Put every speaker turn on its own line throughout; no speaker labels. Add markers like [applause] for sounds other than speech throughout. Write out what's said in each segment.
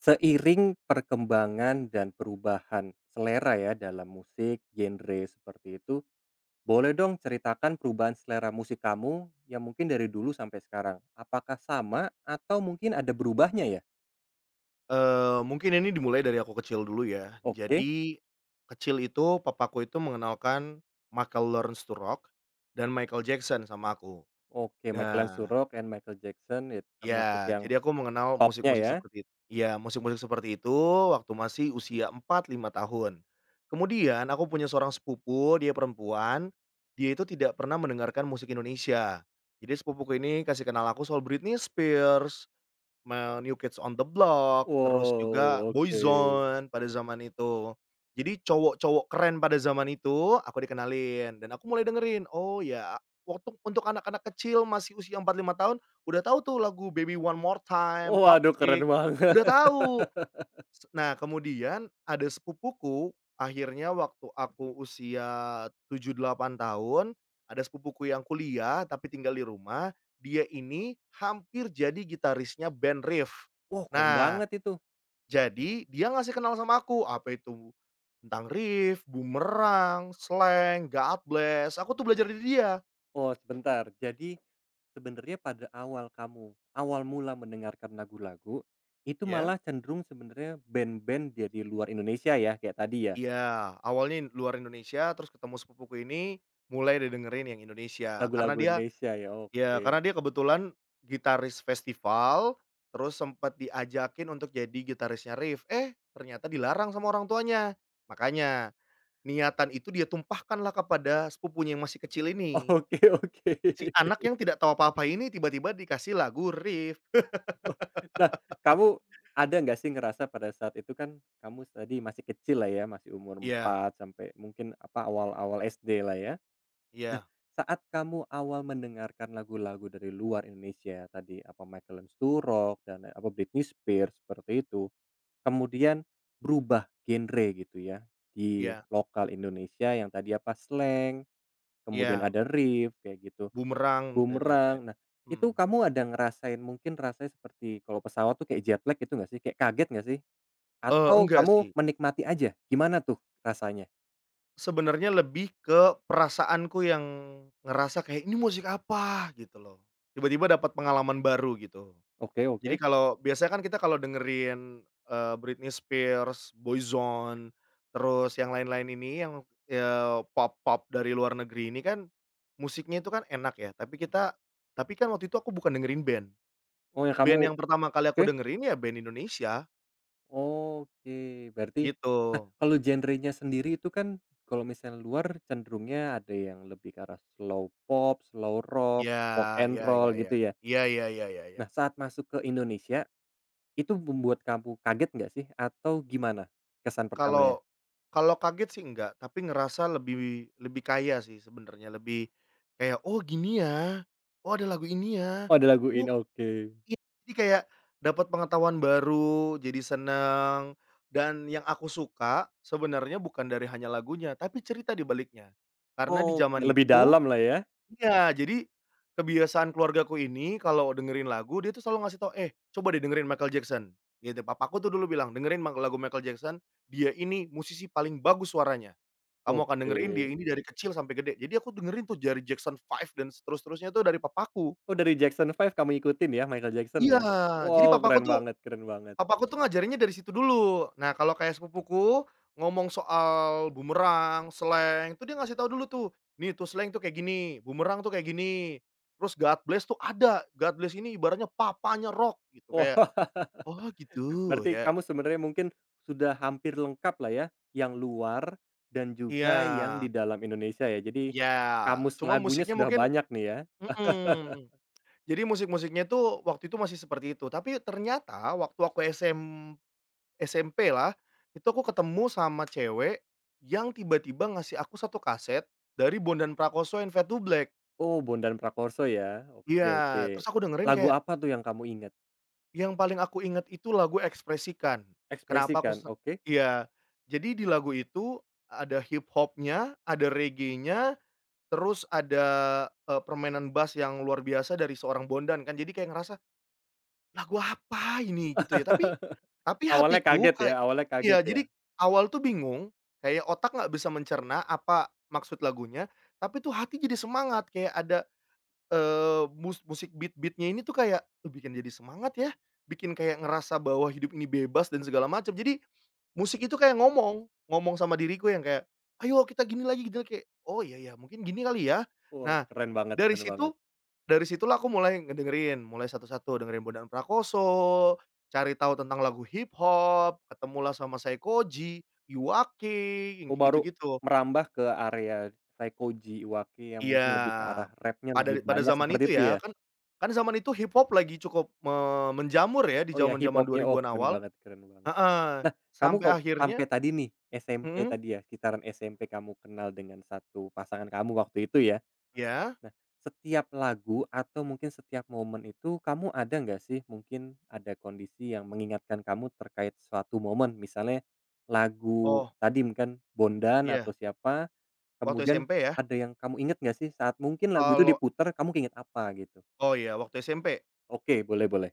Seiring perkembangan dan perubahan selera ya dalam musik, genre seperti itu, boleh dong ceritakan perubahan selera musik kamu yang mungkin dari dulu sampai sekarang. Apakah sama atau mungkin ada berubahnya ya?
Mungkin ini dimulai dari aku kecil dulu ya.
Oke,
Jadi, kecil itu papaku itu mengenalkan Michael Learns to Rock dan Michael Jackson sama aku.
oke Michael
Nah
Surrock and Michael Jackson itu termasuk
ya,
yang
jadi aku mengenal
popnya
musik-musik
ya?
seperti itu iya, musik-musik seperti itu waktu masih usia 4, 5 tahun. Kemudian aku punya seorang sepupu, dia perempuan, dia itu tidak pernah mendengarkan musik Indonesia. Jadi sepupuku ini kasih kenal aku soal Britney Spears, New Kids on the Block, terus
Wow,
juga
oke.
Boyzone pada zaman itu. Jadi cowok-cowok keren pada zaman itu aku dikenalin dan aku mulai dengerin, oh ya waktu untuk anak-anak kecil masih usia 4, 5 tahun udah tahu tuh lagu Baby One More Time,
Waduh
Toxic,
keren banget.
udah
[laughs]
tahu. Nah, kemudian ada sepupuku, akhirnya waktu aku usia 7, 8 tahun, ada sepupuku yang kuliah tapi tinggal di rumah, dia ini hampir jadi gitarisnya band Riff.
Wow keren
Nah,
banget itu.
jadi dia ngasih kenal sama aku, apa itu, tentang Riff, Boomerang, Slank, God Bless, aku tuh belajar dari dia.
Oh sebentar sebenarnya pada awal kamu, awal mula mendengarkan lagu-lagu, itu
Ya,
malah cenderung sebenarnya band-band dari luar Indonesia ya, kayak tadi ya,
iya, awalnya luar Indonesia, terus ketemu sepupuku ini, mulai didengerin yang Indonesia, karena
lagu-lagu
dia
Indonesia ya,
iya,
oke.
karena dia kebetulan gitaris festival, terus sempat diajakin untuk jadi gitarisnya Rif, eh ternyata dilarang sama orang tuanya. Makanya, niatan itu dia tumpahkanlah kepada sepupunya yang masih kecil ini.
Oke [laughs] oke.
Si anak yang tidak tahu apa-apa ini tiba-tiba dikasih lagu Rif.
Nah, kamu ada nggak sih ngerasa pada saat itu kan kamu tadi masih kecil lah ya, masih umur
Iya
4 sampai mungkin apa, awal-awal SD lah ya. Nah,
iya
saat kamu awal mendengarkan lagu-lagu dari luar Indonesia ya, tadi, apa Michael Learns to Rock dan apa Britney Spears, seperti itu. Kemudian berubah genre gitu ya, di
iya
lokal Indonesia yang tadi apa, slang, kemudian
iya,
ada riff kayak gitu,
Bumerang dan lain-lain.
bumerang. Nah, itu
Mmm,
kamu ada ngerasain mungkin rasanya seperti kalau pesawat tuh kayak jet lag gitu nggak sih? Kayak kaget nggak sih? Atau
enggak
kamu
sih.
menikmati aja? Gimana tuh rasanya?
Sebenarnya lebih ke perasaanku yang ngerasa kayak, "Ini musik apa?" Gitu loh. Tiba-tiba dapat pengalaman baru gitu.
Oke
Jadi
oke.
kalau biasanya kan kita kalau dengerin, Britney Spears, Boyzone, terus yang lain-lain ini yang, pop-pop dari luar negeri ini kan musiknya itu kan enak ya, tapi kan waktu itu aku bukan dengerin band.
Oh, yang kamu
Band yang pertama kali
oke.
aku dengerin ya band Indonesia,
Oke, berarti
gitu.
nah kalau genrenya sendiri itu kan kalau misalnya luar cenderungnya ada yang lebih ke arah slow pop, slow rock, rock
Ya,
and
ya
roll
ya ya.
gitu ya.
Iya iya iya iya iya.
Nah, saat masuk ke Indonesia itu membuat kamu kaget nggak sih atau gimana kesan pertamanya?
Kalau kalau kaget sih enggak, tapi ngerasa lebih lebih kaya sih sebenarnya, lebih kayak, "Oh gini ya, oh ada lagu ini ya,
Oh, ada lagu
oh
ini, oke.
iya." Jadi kayak dapat pengetahuan baru, jadi seneng, dan yang aku suka sebenarnya bukan dari hanya lagunya, tapi cerita di baliknya. Karena di
Oke,
zaman
lebih
itu
dalam lah ya.
iya, jadi kebiasaan keluargaku ini kalau dengerin lagu dia tuh selalu ngasih tau, "Eh, coba deh dengerin Michael Jackson." Gitu. Papaku tuh dulu bilang, "Dengerin mak lagu Michael Jackson, dia ini musisi paling bagus suaranya. Kamu akan dengerin dia
Oke.
ini dari kecil sampai gede." Jadi aku dengerin tuh dari Jackson Five dan seterus-terusnya tuh dari papaku.
Oh, dari Jackson Five kamu ikutin ya, Michael Jackson
Iya,
ya?
jadi
Wow, keren banget keren banget.
Papa aku tuh ngajarinnya dari situ dulu. Nah, kalau kayak sepupuku ngomong soal bumerang, sleng, tuh dia ngasih tahu dulu tuh, "Nih tuh sleng tuh kayak gini, bumerang tuh kayak gini." Terus God Bless tuh ada, God Bless ini ibaratnya papanya rock gitu,
Wah.
kayak
[laughs]
oh gitu,
Berarti
ya.
kamu sebenarnya mungkin sudah hampir lengkap lah ya, yang luar dan
Iya,
juga yang di dalam Indonesia ya. Jadi
iya,
kamus
cuma
lagunya
musiknya
sudah
mungkin
banyak nih ya.
mhm, jadi musik-musiknya tuh waktu itu masih seperti itu. Tapi ternyata waktu aku SM SMP lah, itu aku ketemu sama cewek yang tiba-tiba ngasih aku satu kaset dari Bondan Prakoso and Fade to Black.
Oh, Bondan Prakoso ya.
Iya,
Oke oke.
terus aku dengerin
Lagu
kayak,
apa tuh yang kamu ingat?
yang paling aku inget itu lagu "Ekspresikan". Kenapa aku
Ekspresikan,
se
oke.
Iya, jadi di lagu itu ada hip hopnya, ada reggae-nya, terus ada, permainan bass yang luar biasa dari seorang Bondan kan, jadi kayak ngerasa, "Lagu apa ini?" Gitu ya, tapi
[laughs] Awalnya
hatiku
kaget ya
kayak
awalnya
iya,
kaget ya?
jadi awal tuh bingung, kayak otak nggak bisa mencerna apa maksud lagunya, tapi tuh hati jadi semangat kayak ada, musik beat-beat-nya ini tuh kayak, "Duh, bikin jadi semangat ya," bikin kayak ngerasa bahwa hidup ini bebas dan segala macam. Jadi musik itu kayak ngomong, ngomong sama diriku yang kayak, "Ayo kita gini lagi," gitu kayak, "Oh, iya ya mungkin gini kali ya."
Wah,
Nah
keren banget
dari
keren
situ
banget.
dari situlah aku mulai ngedengerin, mulai satu-satu, dengerin Bondan Prakoso, cari tahu tentang lagu hip hop, ketemulah sama Saekoji, Iwake, yang
Oh,
kayak
baru
gitu-gitu.
merambah ke area kayak Koji Iwake yang
Iya,
mungkin lebih ke arah rapnya
pada
lebih
pada
banyak
zaman
seperti
itu
itu
ya,
ya?
kan kan zaman itu hip hop lagi cukup menjamur ya di
Oh ya, hip
zaman-zaman
hopnya oh
2000-an
keren
awal
banget keren banget.
heeh,
Nah, kamu
sampai
kok
akhirnya
sampai tadi nih, SMP
mhm,
tadi ya, sekitaran SMP kamu kenal dengan satu pasangan kamu waktu itu ya.
iya?
Nah, setiap lagu atau mungkin setiap momen itu kamu ada nggak sih mungkin ada kondisi yang mengingatkan kamu terkait suatu momen? Misalnya lagu
Oh,
tadi mungkin Bondan atau
iya,
siapa,
waktu
kemudian
SMP ya?
ada yang kamu inget nggak sih saat mungkin lagu itu
Kalau
diputar kamu keinget apa gitu?
oh iya, waktu SMP?
Oke, boleh boleh.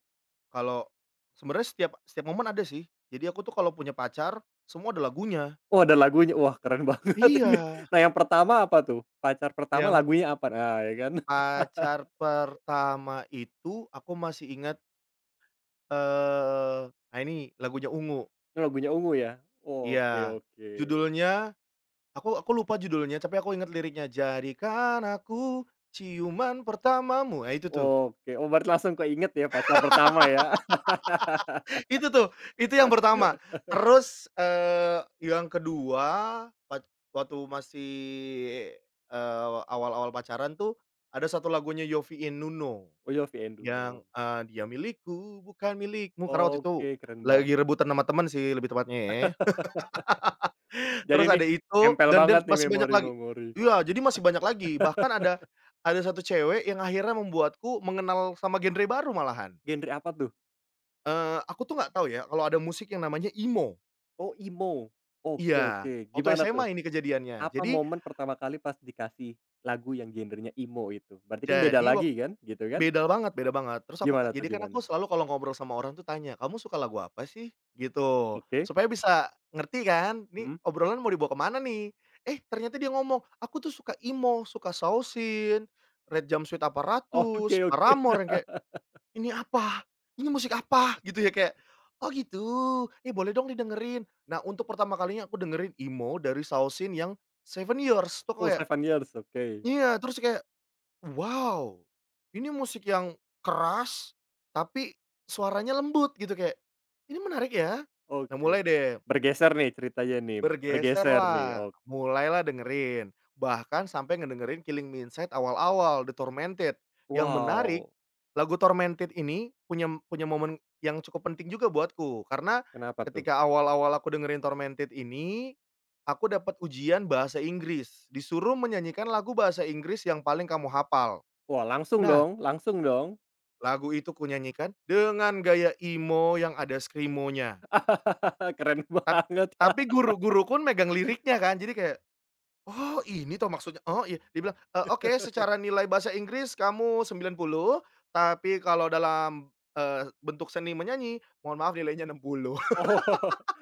Kalau sebenarnya setiap setiap momen ada sih. Jadi aku tuh kalau punya pacar, semua ada lagunya.
Oh, ada lagunya. Wah, keren banget [laughs] ini.
Iya,
Nah, yang pertama apa tuh? Pacar pertama
yang
lagunya apa? Nah, ya kan? [laughs]
pacar pertama itu aku masih ingat, nah ini lagunya Ungu.
Ini lagunya Ungu ya?
Iya,
Oke oke.
judulnya aku lupa judulnya tapi aku ingat liriknya, "Jadikan aku ciuman pertamamu." Nah itu tuh.
Oke, oh berarti langsung keinget ya pacar pertama ya? [laughs]
Itu tuh, itu yang pertama. Terus, yang kedua, waktu masih, awal-awal pacaran tuh, ada satu lagunya Yovie and Nuno,
Oh, Yovie and
yang, "Dia milikku bukan milikmu," karena waktu itu
Oke, keren banget.
lagi rebutan sama temen sih lebih tepatnya ya.
Jadi
Terus
ini
ada itu
nempel
dan
banget nih
masih banyak lagi
memori-memori.
iya, jadi masih banyak lagi, bahkan ada satu cewek yang akhirnya membuatku mengenal sama genre baru malahan.
Genre apa tuh?
Aku tuh nggak tahu ya kalau ada musik yang namanya emo.
Oh, emo. Oke
Iya,
oke,
waktu
gimana tuh?
SMA ini kejadiannya.
Apa momen pertama kali pas dikasih lagu yang genrenya emo itu? Berarti kan beda
Jadi wak
lagi kan, gitu kan?
Beda banget beda banget. Terus aku ka
Gimana tuh,
Jadi kan aku
gimana?
selalu kalau ngobrol sama orang tuh tanya, "Kamu suka lagu apa sih?" Gitu,
Oke,
supaya bisa ngerti kan, nih
mhm.
obrolan mau dibawa ke mana nih. Eh, ternyata dia ngomong, "Aku tuh suka emo, suka Shaoxin, Red Jumpsuit
Oke
Apparatus,
oke.
Paramore," yang kayak, "Ini apa? Ini musik apa?" Gitu ya, kayak, "Oh gitu, eh boleh dong didengerin." Nah, untuk pertama kalinya aku dengerin emo dari Shaoxin yang Seven Years, tuh
Oh,
kayak
seven years, oke
iya, terus kayak, "Wow, ini musik yang keras, tapi suaranya lembut," gitu, kayak, "Ini menarik ya." Nah,
oke.
mulai deh,
Bergeser nih ceritanya nih, bergeser nih,
bergeserlah, mulailah dengerin, bahkan sampai ngedengerin Killing Me Inside awal-awal, The Tormented. Yang menarik,
wow,
lagu Tormented ini punya punya momen yang cukup penting juga buatku, karena
kenapa tuh?
ketika awal-awal aku dengerin Tormented ini, aku dapat ujian bahasa Inggris, disuruh menyanyikan lagu bahasa Inggris yang paling kamu hafal.
Wah, langsung
Nah,
dong langsung dong.
lagu itu kunyanyikan dengan gaya emo yang ada screamo-nya.
[laughs] Keren
Tap
banget.
tapi guru-guru pun megang liriknya kan, jadi kayak, "Oh ini toh maksudnya, oh iya." Dia bilang, "Oke secara nilai bahasa Inggris kamu 90 tapi kalau dalam, bentuk seni menyanyi, mohon maaf nilainya 60." [laughs]
Oh,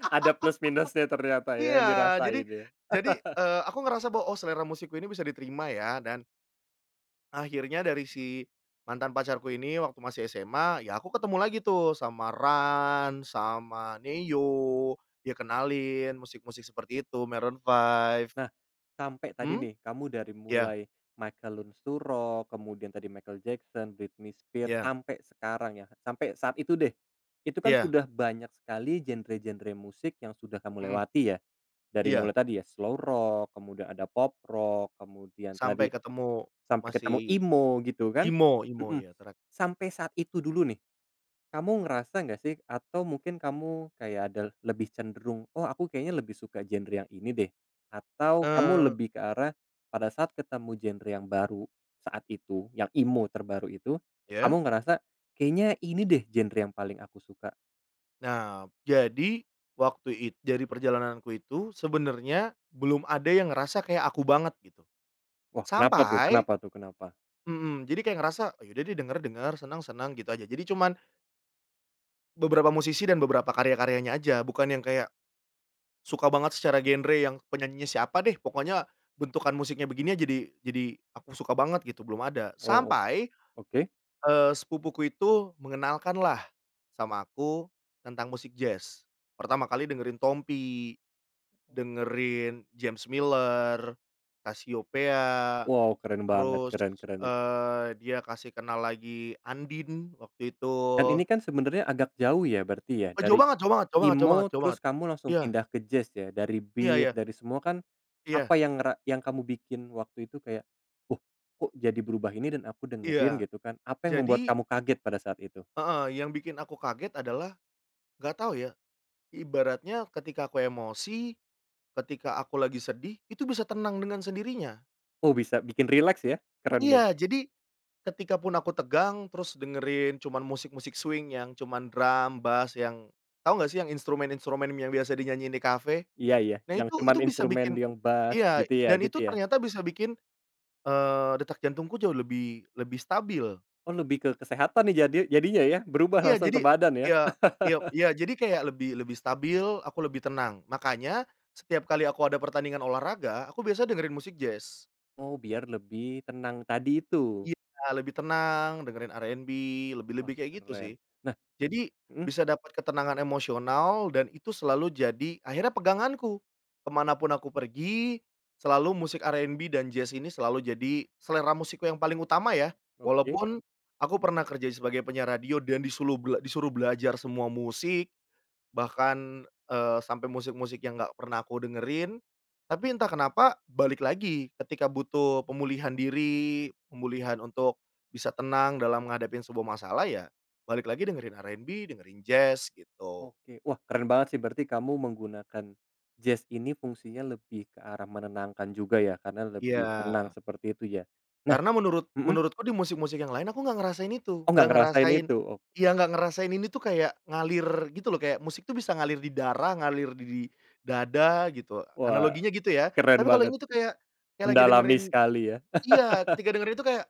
ada plus minusnya ternyata ya
Iya,
yang dirasain ya?
jadi, aku ngerasa bahwa, "Oh selera musikku ini bisa diterima ya." Dan akhirnya dari si mantan pacarku ini waktu masih SMA, ya aku ketemu lagi tuh sama Ran, sama Neo, dia kenalin musik-musik seperti itu, Maroon Five.
Nah, sampai tadi
Hmm,
nih, kamu dari
iya
mulai Michael Lunsuro, kemudian tadi Michael Jackson, Britney Spears,
iya
sampai sekarang ya, sampai saat itu deh. Itu kan
iya,
sudah banyak sekali genre-genre musik yang sudah kamu
mhm,
lewati ya? Dari
iya,
mulai tadi ya slow rock, kemudian ada pop rock, kemudian
sampai
tadi
ketemu
sampai ketemu
masih
emo gitu kan?
Imo Imo
Mhm.
ya terakhir
Sampai saat itu dulu nih kamu ngerasa nggak sih atau mungkin kamu kayak ada lebih cenderung, "Oh, aku kayaknya lebih suka genre yang ini deh." Atau kamu
eee,
lebih ke arah pada saat ketemu genre yang baru saat itu, yang emo terbaru itu, kamu
ya.
ngerasa, "Kayaknya ini deh genre yang paling aku suka."
Nah, jadi waktu it dari perjalananku itu sebenarnya belum ada yang ngerasa kayak aku banget gitu.
Wah, kenapa tuh
Sampai
kenapa tuh kenapa?
mhm, jadi kayak ngerasa, "Oh, ya udah deh denger-denger, seneng-seneng," gitu aja. Jadi cuman beberapa musisi dan beberapa karya-karyanya aja, bukan yang kayak suka banget secara genre yang penyanyinya siapa deh, pokoknya bentukan musiknya begini aja jadi aku suka banget gitu, belum ada.
Oh, o
Sampai,
oke.
sepupuku itu mengenalkanlah sama aku tentang musik jazz. Pertama kali dengerin Tompi, dengerin James Miller, Cassiopeia.
Wow, keren banget,
Terus,
keren keren itu.
dia kasih kenal lagi Andin waktu itu.
Dan ini kan sebenarnya agak jauh ya berarti ya
Oh, jauh
dari
banget jauh banget jauh banget jauh banget
emo,
jauh banget.
terus kamu langsung
Iya
pindah ke jazz ya? Dari
iya iya
beat, dari semua kan,
iya
apa yang ngera yang kamu bikin waktu itu kayak, "Wah, kok jadi berubah ini dan aku dengerin,"
iya.
gitu kan. Apa yang membuat
Jadi
kamu kaget pada saat itu?
heeh, yang bikin aku kaget adalah nggak tahu ya, ibaratnya ketika aku emosi, ketika aku lagi sedih, itu bisa tenang dengan sendirinya.
Oh, bisa bikin rileks ya? Keren
Iya,
ya.
jadi ketika pun aku tegang, terus dengerin cuman musik-musik swing yang cuman drum, bass yang tahu nggak sih yang instrumen-instrumen yang biasa dinyanyiin di kafe?
Iya iya,
Nah
yang
itu
cuman
itu bisa
instrumen
bikin
yang bass
iya,
gitu ya
dan
gitu
itu
ya?
ternyata bisa bikin, detak jantungku jauh lebih lebih stabil.
Oh, lebih ke kesehatan nih jadi jadinya ya? Berubah
Iya
langsung
jadi
ke badan ya?
iya iya iya jadi kayak lebih lebih stabil, aku lebih tenang. Makanya setiap kali aku ada pertandingan olahraga, aku biasanya dengerin musik jazz.
Oh, biar lebih tenang tadi itu?
Iya, lebih tenang, dengerin R&B,
Wah,
lebih-lebih kayak gitu sih.
keren. Nah
Jadi,
mhm,
bisa dapat ketenangan emosional dan itu selalu jadi akhirnya peganganku. Kemanapun aku pergi, selalu musik R&B dan jazz ini selalu jadi selera musikku yang paling utama ya.
oke.
Walaupun aku pernah kerja sebagai penyiar radio dan disuluh bela disuruh belajar semua musik. Bahkan, sampai musik-musik yang nggak pernah aku dengerin, tapi entah kenapa balik lagi ketika butuh pemulihan diri, pemulihan untuk bisa tenang dalam ngadepin sebuah masalah ya, balik lagi dengerin R&B, dengerin jazz gitu.
Oke. Wah, keren banget sih berarti kamu menggunakan jazz ini fungsinya lebih ke arah menenangkan juga ya, karena
Iya,
lebih tenang seperti itu ya. Nah
karena menurut
mhm,
menurutku di musik-musik yang lain aku nggak ngerasain itu,
oh nggak
nggak
ngerasain
ngerasain
itu? Oh,
iya, nggak ngerasain ini tuh kayak ngalir gitu loh, kayak musik tuh bisa ngalir di darah, ngalir di dada gitu,
wah
analoginya gitu ya.
keren
Tapi kalau
banget,
ini tuh kayak kayak lagi
mendalami
dengerin
sekali ya.
iya, ketika denger itu kayak,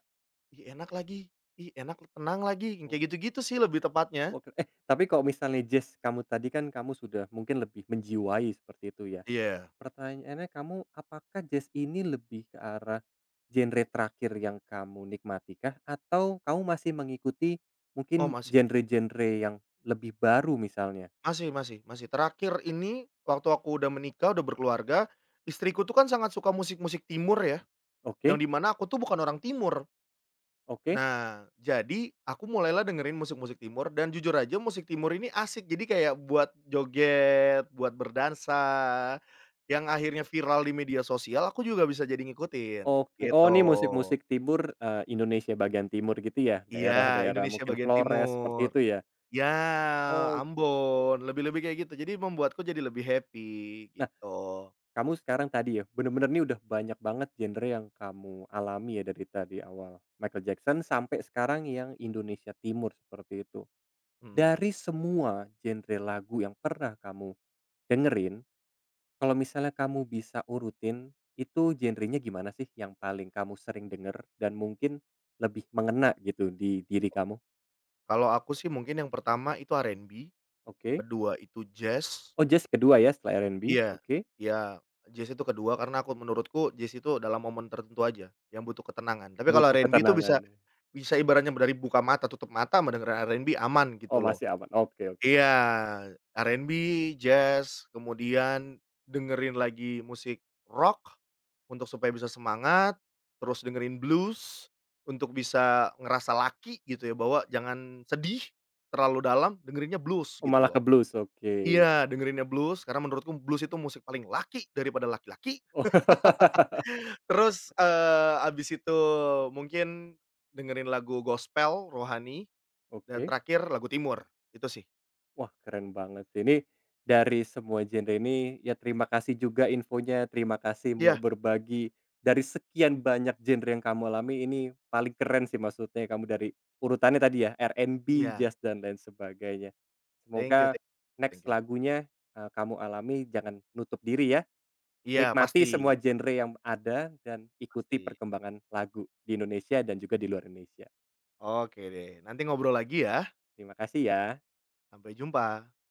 "Ih, enak lagi ih, enak, tenang lagi," yang
Oh,
kayak gitu-gitu sih lebih tepatnya.
oke. Eh, tapi kalau misalnya jazz kamu tadi kan kamu sudah mungkin lebih menjiwai seperti itu ya.
Iya.
Pertanyaannya kamu, apakah jazz ini lebih ke arah genre terakhir yang kamu nikmatikah? Atau kamu masih mengikuti
Oh,
mungkin
masih
genre-genre yang lebih baru misalnya?
masih masih masih. Terakhir ini waktu aku udah menikah, udah berkeluarga, istriku tuh kan sangat suka musik-musik timur ya, yang
Oke,
di mana aku tuh bukan orang timur.
oke,
Nah, jadi aku mulailah dengerin musik-musik timur dan jujur aja musik timur ini asik, jadi kayak buat joget, buat berdansa, yang akhirnya viral di media sosial, aku juga bisa jadi ngikutin,
oke. Oh,
gitu.
ini musik-musik timur, eee, Indonesia bagian timur gitu ya?
Iya,
Daerah-daerah
Indonesia
mungkin
bagian
Flores, seperti
timur.
itu ya?
Ya,
Oke.
Ambon, lebih-lebih kayak gitu. Jadi membuatku jadi lebih happy,
Nah,
gitu.
kamu sekarang tadi ya, bener-bener nih udah banyak banget genre yang kamu alami ya dari tadi awal Michael Jackson sampai sekarang yang Indonesia timur seperti itu.
Mhm.
Dari semua genre lagu yang pernah kamu dengerin, kalau misalnya kamu bisa urutin, itu genrenya gimana sih yang paling kamu sering denger dan mungkin lebih mengena gitu di diri kamu?
Kalau aku sih mungkin yang pertama itu R&B,
Oke.
kedua itu jazz
Oh jazz kedua ya setelah R&B,
iya,
oke.
iya, jazz itu kedua karena aku menurutku jazz itu dalam momen tertentu aja, yang butuh ketenangan. Tapi kalau
Butuh
R&B itu bisa
ketenangan.
bisa ibaratnya dari buka mata, tutup mata mau R&B aman
Oh
gitu loh.
masih aman, oke oke.
Iya, R&B, jazz, kemudian dengerin lagi musik rock. Untuk supaya bisa semangat, terus dengerin blues, untuk bisa ngerasa laki gitu ya, bahwa jangan sedih terlalu dalam, dengerinnya blues
Oh
gitu
malah
loh.
ke blues, oke.
Iya, dengerinnya blues karena menurutku blues itu musik paling laki daripada laki-laki.
Oh. [laughs]
Terus, abis itu mungkin dengerin lagu gospel, rohani, dan
Oke.
terakhir lagu timur, itu sih.
Wah, keren banget sih. Ini dari semua genre ini, ya terima kasih juga infonya, terima kasih mau
Iya
berbagi. Dari sekian banyak genre yang kamu alami, ini paling keren sih maksudnya kamu dari urutannya tadi ya, R&B,
iya,
jazz, dan lain sebagainya.
thank you
Semoga
thank you
next
thank you.
lagunya eh, kamu alami, jangan nutup diri ya.
Iya, pasti
Nikmati semua genre yang ada dan ikuti
pasti.
perkembangan lagu di Indonesia dan juga di luar Indonesia.
Oke deh, nanti ngobrol lagi ya,
Terima kasih ya.
sampai jumpa.